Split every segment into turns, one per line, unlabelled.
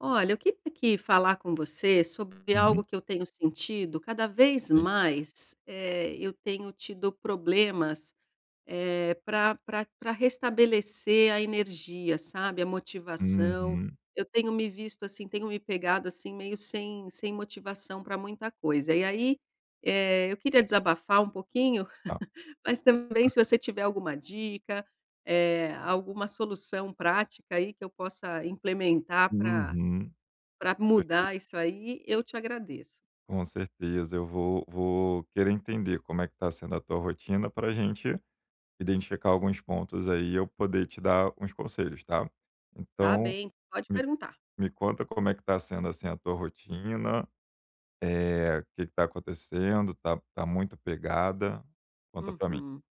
Olha, eu queria aqui falar com você sobre algo
Uhum,
que eu tenho sentido cada vez
sim.
mais, eu tenho tido problemas, para para pra restabelecer a energia, sabe, a motivação.
Uhum,
Eu tenho me visto, assim, tenho me pegado, assim, meio sem motivação para muita coisa. E aí, eu queria desabafar um pouquinho,
tá.
mas também se você tiver alguma dica, alguma solução prática aí que eu possa implementar para
Uhum,
para mudar
perfeito.
isso aí, eu te agradeço.
Com certeza, eu vou querer entender como é que está sendo a tua rotina pra gente identificar alguns pontos aí e eu poder te dar uns conselhos, tá.
Tá
Então
bem, pode
me
perguntar.
me conta como é que está sendo, assim, a tua rotina, é o que está acontecendo, tá muito pegada? Conta para mim.
Uhum,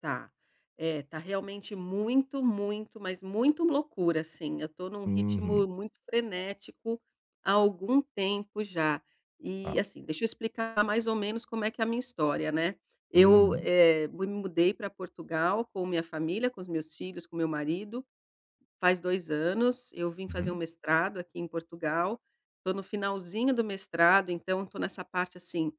tá. É, tá realmente muito, muito, mas muito loucura, assim. Eu tô num
Uhum,
ritmo muito frenético há algum tempo já.
tá.
E, assim, deixa eu explicar mais ou menos como é que é a minha história, né? Eu,
Uhum,
me mudei para Portugal com minha família, com os meus filhos, com meu marido. Faz 2 anos, eu vim fazer um
uhum,
mestrado aqui em Portugal. Estou no finalzinho do mestrado, então estou nessa parte, assim,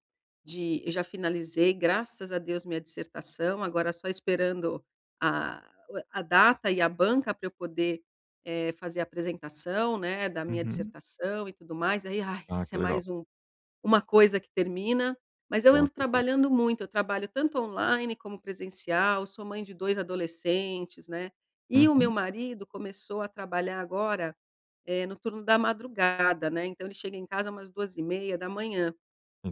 de eu já finalizei, graças a Deus, minha dissertação, agora só esperando a a data e a banca para eu poder, fazer a apresentação, né, da minha
uhum.
dissertação e tudo mais, aí, ai,
Ah,
esse é
que legal.
mais uma coisa que termina, mas eu
Com
ando
certeza.
trabalhando muito, eu trabalho tanto online como presencial, sou mãe de 2 adolescentes, né, e o meu
Uhum,
marido começou a trabalhar agora, no turno da madrugada, né, então ele chega em casa umas duas e meia da manhã.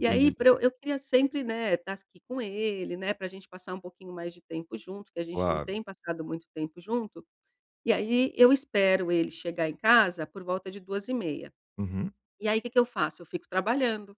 E aí pra eu queria sempre, né, estar aqui com ele, né, para a gente passar um pouquinho mais de tempo junto, que a gente não
Claro.
tem passado muito tempo junto, e aí eu espero ele chegar em casa por volta de duas e meia.
Uhum.
E aí o que que eu faço? Eu fico trabalhando.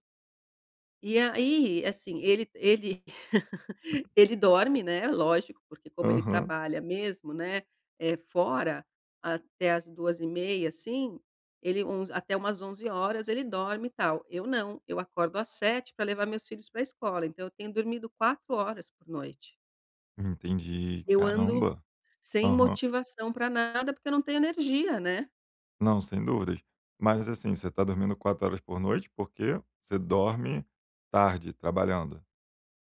E aí, assim, ele ele dorme, né, lógico, porque como ele
Aham.
trabalha mesmo, né, é fora, até as duas e meia assim, ele uns até umas 11 horas ele dorme e tal. Eu não, eu acordo às sete para levar meus filhos pra escola, então eu tenho dormido 4 horas por noite.
Entendi.
Eu ando
Caramba.
sem
Aham.
motivação para nada, porque eu não tenho energia, né.
Não, sem dúvidas. Mas assim, você tá dormindo 4 horas por noite, porque você dorme tarde trabalhando?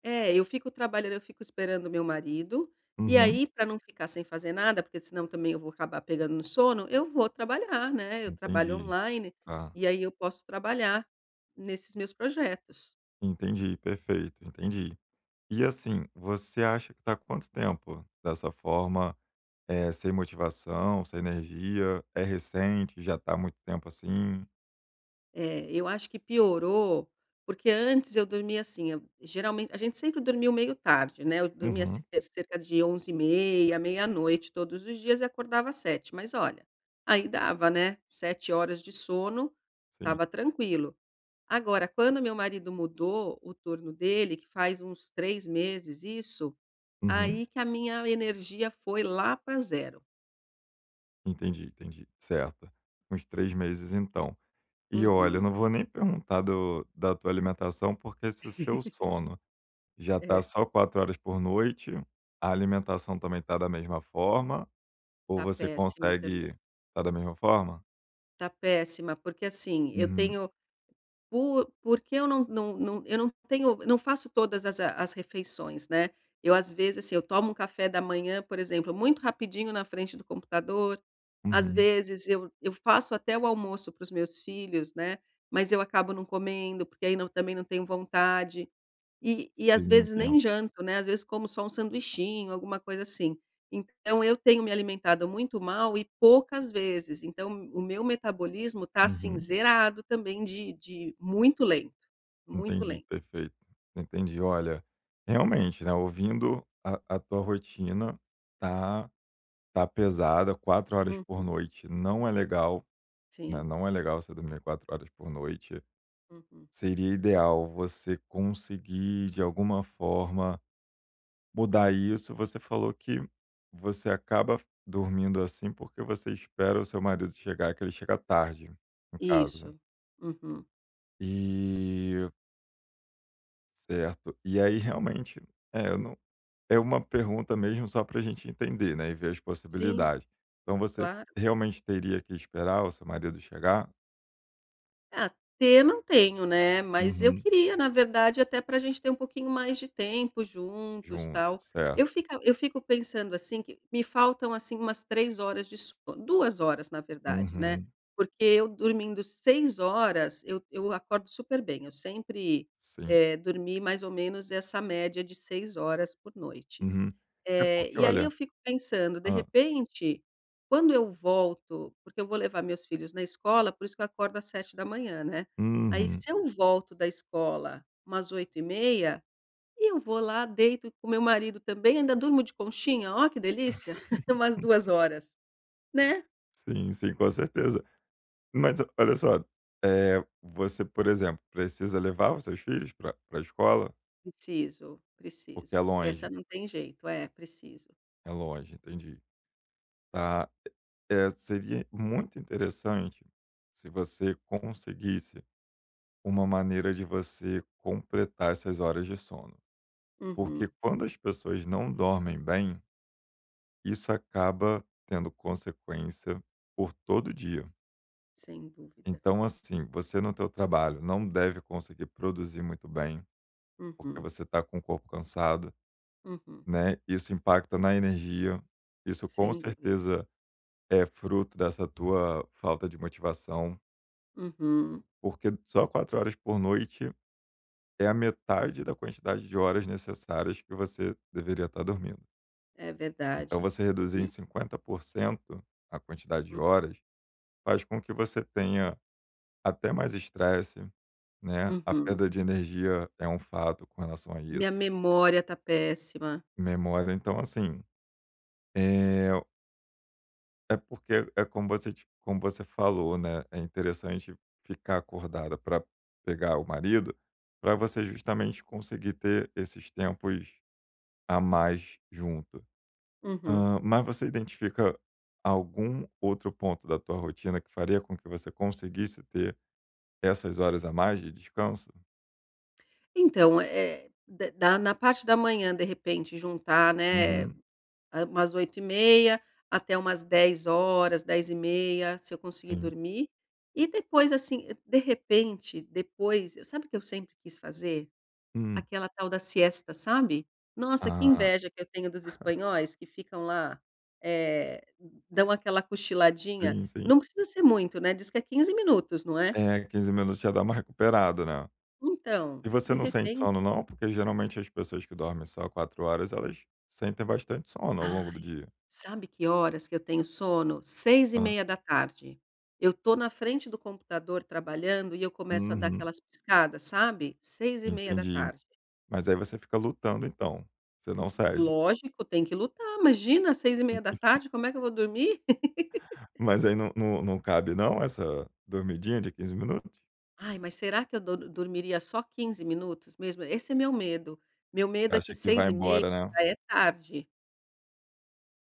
É, eu fico trabalhando, eu fico esperando o meu marido, e
Uhum.
aí para não ficar sem fazer nada, porque senão também eu vou acabar pegando no sono, eu vou trabalhar, né, eu trabalho
Entendi,
online,
tá.
e aí eu posso trabalhar nesses meus projetos.
Entendi, perfeito, entendi. E assim, você acha que tá há quanto tempo dessa forma, é sem motivação, sem energia? É recente? Já tá há muito tempo assim?
Eu acho que piorou, porque antes eu dormia assim, eu geralmente a gente sempre dormiu meio tarde, né, eu dormia cer
Uhum,
cerca de onze e meia, meia-noite todos os dias e acordava às 7, mas olha, aí dava, né, 7 horas de sono,
sim.
estava tranquilo. Agora, quando meu marido mudou o turno dele, que faz uns 3 meses isso,
Uhum.
aí que a minha energia foi lá para zero.
Entendi, entendi. Certo. Uns 3 meses então. E olha, eu
Uhum.
não vou nem perguntar do da tua alimentação, porque se o seu sono já tá
É.
só 4 horas por noite, a alimentação também tá da mesma forma, ou
Tá
você
péssima também.
consegue tá da mesma forma?
Tá péssima, porque assim, eu
Uhum,
tenho Por porque eu não faço todas as refeições, né. Eu, às vezes, assim, eu tomo um café da manhã, por exemplo, muito rapidinho na frente do computador. Às
uhum.
vezes, eu faço até o almoço para os meus filhos, né, mas eu acabo não comendo, porque aí não também não tenho vontade. E às
Sim,
vezes nem
entendo.
janto, né, às vezes como só um sanduichinho, alguma coisa assim. Então eu tenho me alimentado muito mal e poucas vezes, então o meu metabolismo está assim,
Uhum.
zerado também de muito lento, muito
Entendi,
lento.
perfeito. Entendi. Olha, realmente, né, ouvindo a tua rotina tá tá pesada. 4 horas por
Hum,
noite não é legal, né,
sim.
não é legal você dormir 4 horas por noite.
Uhum.
Seria ideal você conseguir, de alguma forma, mudar isso. Você falou que você acaba dormindo assim porque você espera o seu marido chegar, que ele chega tarde em casa.
Isso. Uhum.
E certo. E aí, realmente, é, eu não, é uma pergunta mesmo só para a gente entender, né? E ver as
Sim,
possibilidades. Então, você
claro.
realmente teria que esperar o seu marido chegar?
Ah, ter não tenho, né, mas eu
Uhum.
queria, na verdade, até para a gente ter um pouquinho mais de tempo juntos,
Junto,
tal. Eu
certo.
fica eu fico pensando, assim, que me faltam, assim, umas 3 horas de sono, 2 horas, na verdade, né,
Uhum.
porque eu dormindo 6 horas, eu acordo super bem, eu sempre,
Sim.
dormi mais ou menos essa média de 6 horas por noite.
Uhum. É porque,
E aí eu
olha.
fico pensando, de repente, quando eu volto porque eu vou levar meus filhos na escola, por isso que eu acordo às sete da manhã, né. Aí
Uhum.
se eu volto da escola umas oito e meia, e eu vou lá, deito com meu marido também, ainda durmo de conchinha, ó que delícia, umas 2 horas, né.
Sim, sim, com certeza. Mas o olha só, é você, por exemplo, precisa levar os seus filhos para a escola?
Preciso,
Porque
preciso. Essa não tem jeito, é, preciso.
é longe, entendi. Tá, seria muito interessante se você conseguisse uma maneira de você completar essas horas de sono, porque
Uhum,
quando as pessoas não dormem bem, isso acaba tendo consequência por todo dia.
sem dúvida.
Então, assim, você no teu trabalho não deve conseguir produzir muito bem, porque
Uhum,
você está com o corpo cansado,
uhum,
né? Isso impacta na energia. Isso com
sem dúvida.
certeza é fruto dessa tua falta de motivação,
Uhum,
porque só 4 horas por noite é a metade da quantidade de horas necessárias que você deveria estar dormindo.
é
Então,
verdade.
você reduzir em
E.
50% a quantidade de horas faz com que você tenha até mais estresse, né, a
Uhum.
perda de energia é um fato com relação a isso.
Minha memória tá péssima.
Memória, então assim, eh, é porque é como você falou, né, é interessante ficar acordada para pegar o marido, para você justamente conseguir ter esses tempos a mais junto.
Uhum.
Hã, mas você identifica algum outro ponto da tua rotina que faria com que você conseguisse ter essas horas a mais de descanso?
Então, é da da na parte da manhã, de repente, juntar, né,
Uhum,
a umas oito e meia até umas dez e meia se eu conseguir
sim.
dormir. E depois, assim, de repente, depois sabe o que eu sempre quis fazer?
Hum.
Aquela tal da siesta, sabe? Nossa, que
Ah,
inveja que eu tenho dos espanhóis que ficam lá, eh, dão aquela cochiladinha.
sim, sim.
Não precisa ser muito, né, diz que é 15 minutos, não é?
É, 15 minutos já dá uma recuperada, né.
Então,
E você
de
não sente sono
repente
não? Porque geralmente as pessoas que dormem só 4 horas, elas sentem bastante sono ao longo do
ai,
dia.
sabe que horas que eu tenho sono? Seis e
Hã.
meia da tarde. Eu tô na frente do computador trabalhando e eu começo a dar
Uhum,
aquelas piscadas, sabe? Seis e meia da
entendi.
tarde.
Mas aí você fica lutando então, você não cede.
Lógico, tem que lutar, imagina seis e meia da
Entendi.
tarde, como é que eu vou dormir?
Mas aí não cabe não essa dormidinha de 15 minutos?
Ai, mas será que eu do dormiria só 15 minutos mesmo? Esse é meu medo. Meu
Você
medo é que
acha que
seis
vai
e meia
embora, né.
já é tarde.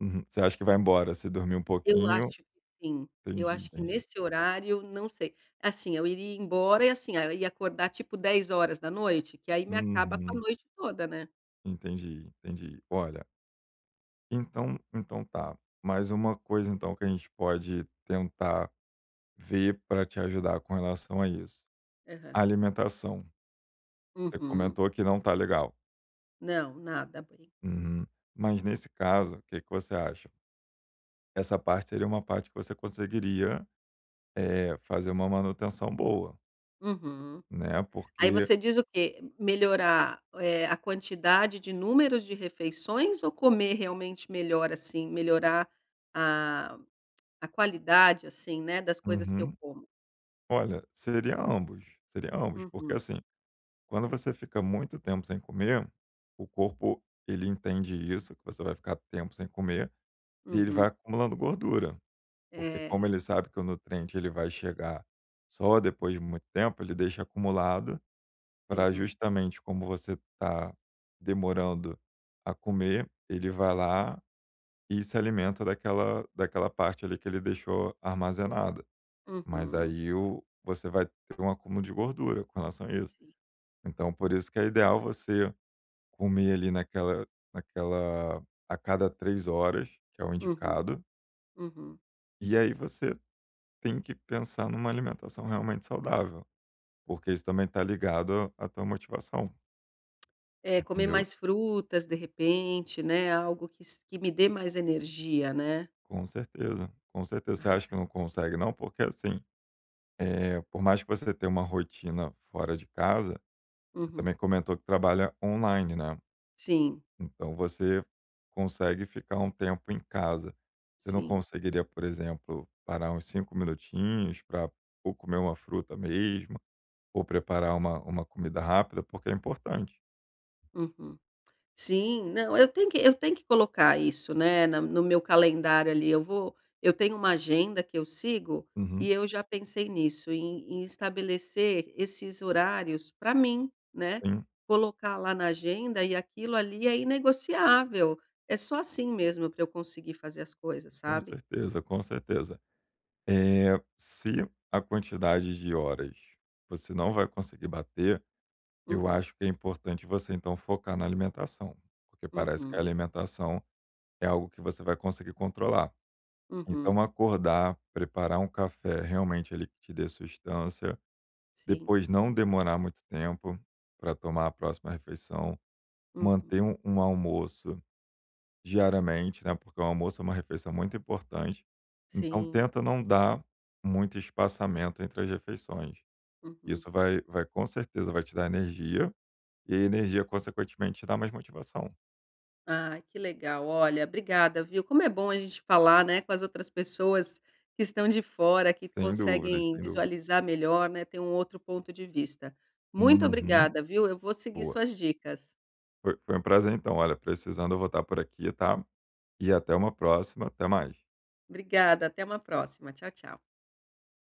Uhum. Você acha que vai embora se dormir um
Eu
pouquinho
acho que sim, eu
entendi,
acho que
entendi.
nesse horário, não sei. Assim, eu iria embora e, assim, aí eu ia acordar tipo dez horas da noite, que aí me acaba com a
Uhum,
noite toda, né.
entendi, entendi. Olha. Então tá. Mais uma coisa então que a gente pode tentar ver para te ajudar com relação a isso, a
Aham.
alimentação. Você
Uhum.
comentou que não tá legal.
Não, nada bem.
Uhum. Mas nesse caso, o que que você acha? Essa parte seria uma parte que você conseguiria, fazer uma manutenção boa,
Uhum.
né,
Aí
porque
você diz o quê? Melhorar, a quantidade de números de refeições ou comer realmente melhor, assim, melhorar a a qualidade, assim, né, das coisas que eu
uhum.
como?
Olha, seria ambos, porque
Uhum,
assim, quando você fica muito tempo sem comer, o corpo ele entende isso, que você vai ficar tempo sem comer, e ele vai
uhum.
acumulando gordura, porque como
É.
ele sabe que o nutriente ele vai chegar só depois de muito tempo, ele deixa acumulado para
Uhum,
justamente como você está demorando a comer, ele vai
hum,
lá e se alimenta daquela parte ali que ele deixou armazenada. Mas
uhum.
aí você vai ter um acúmulo de gordura com relação a isso.
Sim.
Então, por isso que é ideal você comer ali naquela a cada 3 horas, que é o
Uhum,
indicado,
uhum.
e aí você tem que pensar numa alimentação realmente saudável, porque isso também está ligado à tua motivação,
É, comer
entendeu?
mais frutas, de repente, né, algo que s que me dê mais energia, né.
Com certeza, com certeza. Você
Ai,
acha que não
entendi.
consegue, não? Porque assim, é por mais que você tenha uma rotina fora de casa, você
Uhum.
também comentou que trabalha online, né?
Sim,
Então você consegue ficar um tempo em casa. Você não
sim.
conseguiria, por exemplo, parar uns cinco minutinhos para ou comer uma fruta mesmo, ou preparar uma comida rápida, porque é importante.
Uhum. Sim, não, eu tenho que colocar isso, né, na no meu calendário ali, eu tenho uma agenda que eu sigo, e
Uhum.
eu já pensei nisso, em estabelecer esses horários para mim, né,
Sim.
colocar lá na agenda e aquilo ali é inegociável, é só assim mesmo para eu conseguir fazer as coisas,
Com
sabe.
certeza, com certeza. Se a quantidade de horas você não vai conseguir bater, eu
Uhum,
acho que é importante você então focar na alimentação, porque parece que a
uhum,
alimentação é algo que você vai conseguir controlar.
uhum,
Então acordar, preparar um café realmente ali que te dê sustância,
sim,
depois não demorar muito tempo para tomar a próxima refeição,
uhum,
manter um almoço diariamente, né, porque o almoço é uma refeição muito importante. Então
sim,
tenta não dar muito espaçamento entre as refeições.
uhum.
Isso vai com certeza vai te dar energia, e a energia consequentemente te dá mais motivação.
Ah, que legal. Olha, obrigada, viu. Como é bom a gente falar, né, com as outras pessoas que estão de fora, que
Sem dúvidas,
conseguem
sem dúvida.
visualizar melhor, né, ter um outro ponto de vista. Muito
Uhum,
obrigada, viu. Eu vou seguir
boa.
suas dicas.
Foi um prazer então, olha, precisando eu vou estar por aqui, tá. E até uma próxima, até mais.
Obrigada, até uma próxima. Tchau, tchau.